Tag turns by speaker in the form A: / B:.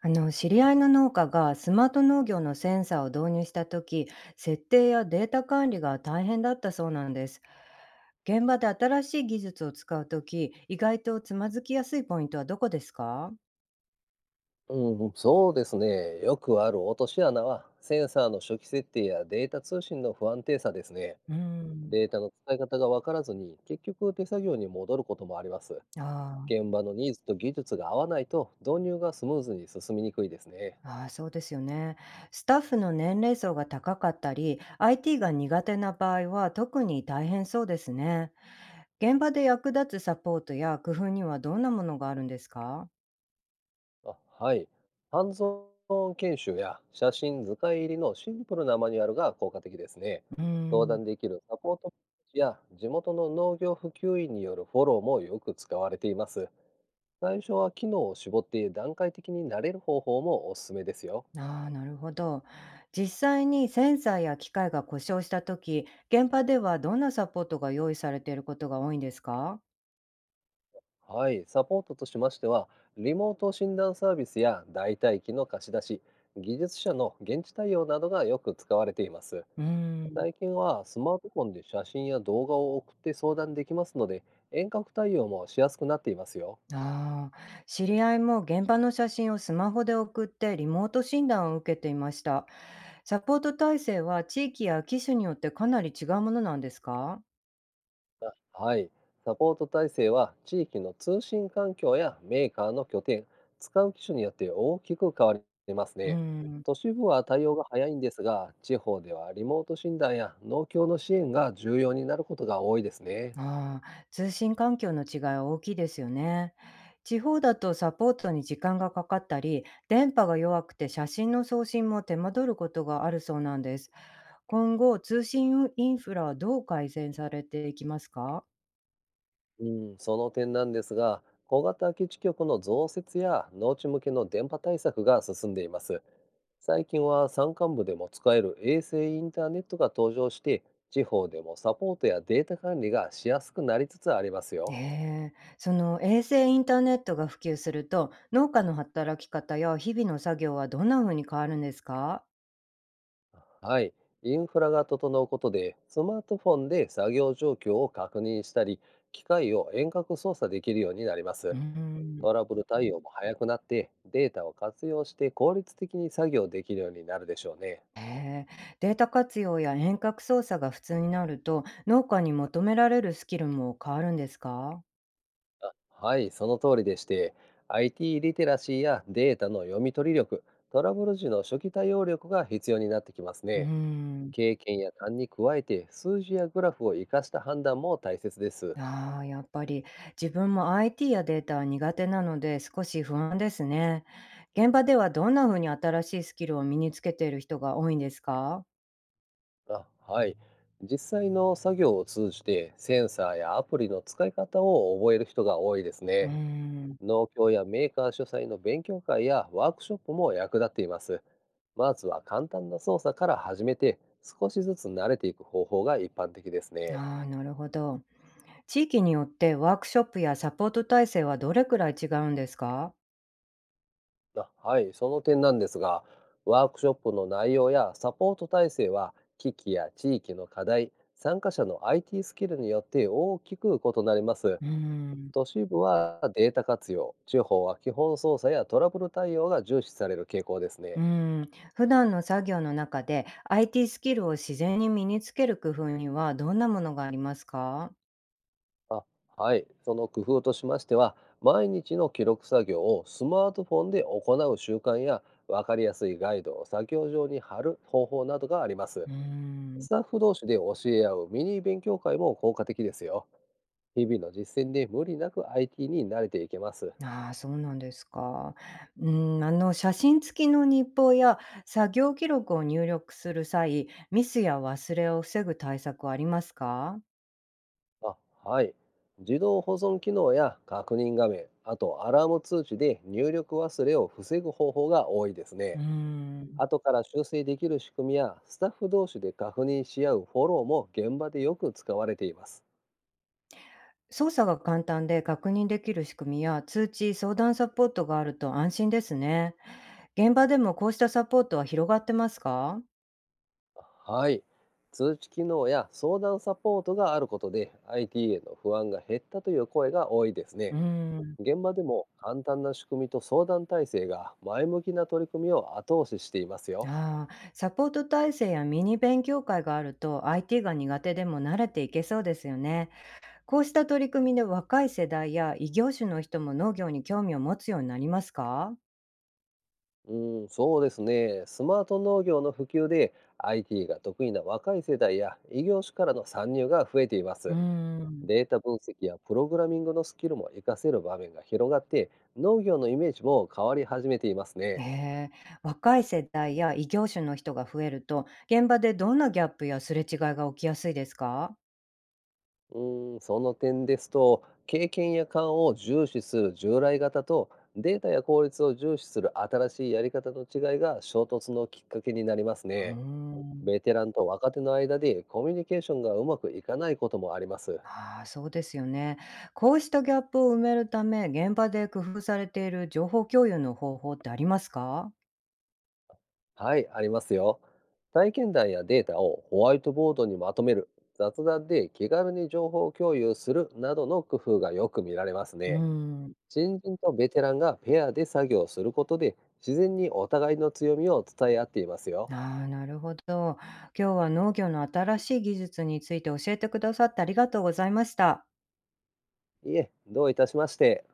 A: あの知り合いの農家がスマート農業のセンサーを導入した時、設定やデータ管理が大変だったそうなんです。現場で新しい技術を使う時、意外とつまずきやすいポイントはどこですか？
B: うん、そうですね。よくある落とし穴は、センサーの初期設定やデータ通信の不安定さですね。
A: うん。
B: データの使い方が分からずに、結局手作業に戻ることもあります。
A: あー。
B: 現場のニーズと技術が合わないと、導入がスムーズに進みにくいですね。
A: あー、そうですよね。スタッフの年齢層が高かったり IT が苦手な場合は特に大変そうですね。現場で役立つサポートや工夫にはどんなものがあるんですか？
B: あ、はい。ハンズオン研修や写真図解入りのシンプルなマニュアルが効果的ですね。
A: う
B: 登
A: ん。
B: 壇できるサポートや地元の農業普及員によるフォローもよく使われています。最初は機能を絞って段階的に慣れる方法もおすすめですよ。
A: ああ、なるほど。実際にセンサーや機械が故障したとき、現場ではどんなサポートが用意されていることが多いんですか？
B: はい、サポートとしましては、リモート診断サービスや代替機の貸し出し、技術者の現地対応などがよく使われています。
A: うーん。
B: 最近はスマートフォンで写真や動画を送って相談できますので、遠隔対応もしやすくなっていますよ。
A: ああ、知り合いも現場の写真をスマホで送ってリモート診断を受けていました。サポート体制は地域や機種によってかなり違うものなんですか？
B: はい。サポート体制は地域の通信環境やメーカーの拠点、使う機種によって大きく変わります
A: うー
B: ね。
A: ん。
B: 都市部は対応が早いんですが、地方ではリモート診断や農協の支援が重要になることが多いですね。
A: ああ、通信環境の違いは大きいですよね。地方だとサポートに時間がかかったり、電波が弱くて写真の送信も手間取ることがあるそうなんです。今後、通信インフラはどう改善されていきますか？
B: うん、その点なんですが、小型基地局の増設や農地向けの電波対策が進んでいます。最近は山間部でも使える衛星インターネットが登場して、地方でもサポートやデータ管理がしやすくなりつつあります
A: え
B: よ。
A: その衛星インターネットが普及すると、農家の働き方や日々の作業はどんな風に変わるんですか？
B: はい、インフラが整うことで、スマートフォンで作業状況を確認したり、機械を遠隔操作できるようになりま
A: う
B: す。
A: ーん。
B: トラブル対応も早くなって、データを活用して効率的に作業できるようになるでしょうね。
A: へえ、データ活用や遠隔操作が普通になると、農家に求められるスキルも変わるんですか？
B: はい、その通りでして、IT リテラシーやデータの読み取り力、トラブル時の初期対応力が必要になってきます
A: うー
B: ね。
A: ん。
B: 経験や勘に加えて、数字やグラフを活かした判断も大切です。
A: ああ、やっぱり自分も IT やデータは苦手なので少し不安ですね。現場ではどんな風に新しいスキルを身につけている人が多いんですか？
B: あ、はい、実際の作業を通じて、センサーやアプリの使い方を覚える人が多いです
A: うー
B: ね。
A: ん。
B: 農協やメーカー主催の勉強会やワークショップも役立っています。まずは簡単な操作から始めて、少しずつ慣れていく方法が一般的ですね。
A: ああ、なるほど。地域によってワークショップやサポート体制はどれくらい違うんですか？
B: あ、はい、その点なんですが、ワークショップの内容やサポート体制は、機器や地域の課題、参加者の IT スキルによって大きく異なります。
A: うーん。
B: 都市部はデータ活用、地方は基本操作やトラブル対応が重視される傾向です
A: う
B: ね。
A: ん、普段の作業の中で IT スキルを自然に身につける工夫にはどんなものがありますか？
B: あ、はい。その工夫としましては、毎日の記録作業をスマートフォンで行う習慣や、わかりやすいガイドを作業上に貼る方法などがあります。
A: うーん。
B: スタッフ同士で教え合うミニ勉強会も効果的ですよ。日々の実践で無理なく IT に慣れていけます。
A: ああ、そうなんですか。うん、あの写真付きの日報や作業記録を入力する際、ミスや忘れを防ぐ対策はありますか？
B: あ、はい。自動保存機能や確認画面、あとアラーム通知で入力忘れを防ぐ方法が多いです
A: う
B: ね。
A: ーん。
B: 後から修正できる仕組みやスタッフ同士で確認し合うフォローも現場でよく使われています。
A: 操作が簡単で確認できる仕組みや通知、相談サポートがあると安心ですね。現場でもこうしたサポートは広がってますか？
B: はい。通知機能や相談サポートがあることで IT への不安が減ったという声が多いです
A: う
B: ね。
A: ーん。
B: 現場でも簡単な仕組みと相談体制が前向きな取り組みを後押ししていますよ。
A: ああ、サポート体制やミニ勉強会があると IT が苦手でも慣れていけそうですよね。こうした取り組みで若い世代や異業種の人も農業に興味を持つようになりますか？
B: うん、そうですね。スマート農業の普及で IT が得意な若い世代や異業種からの参入が増えていま
A: うー
B: す。
A: ん。
B: データ分析やプログラミングのスキルも活かせる場面が広がって、農業のイメージも変わり始めています
A: え
B: ね。
A: え。若い世代や異業種の人が増えると現場でどんなギャップやすれ違いが起きやすいですか？
B: うーん、その点ですと、経験や勘を重視する従来型と、データや効率を重視する新しいやり方の違いが衝突のきっかけになります
A: うー
B: ね。
A: ん。
B: ベテランと若手の間でコミュニケーションがうまくいかないこともあります。
A: ああ、そうですよね。こうしたギャップを埋めるため現場で工夫されている情報共有の方法ってありますか？
B: はい、ありますよ。体験談やデータをホワイトボードにまとめる、雑談で気軽に情報共有するなどの工夫がよく見られます
A: う
B: ね。
A: ん。
B: 新人とベテランがペアで作業することで、自然にお互いの強みを伝え合っていますよ。
A: ああ、なるほど。今日は農業の新しい技術について教えてくださってありがとうございました。
B: いえ、どういたしまして。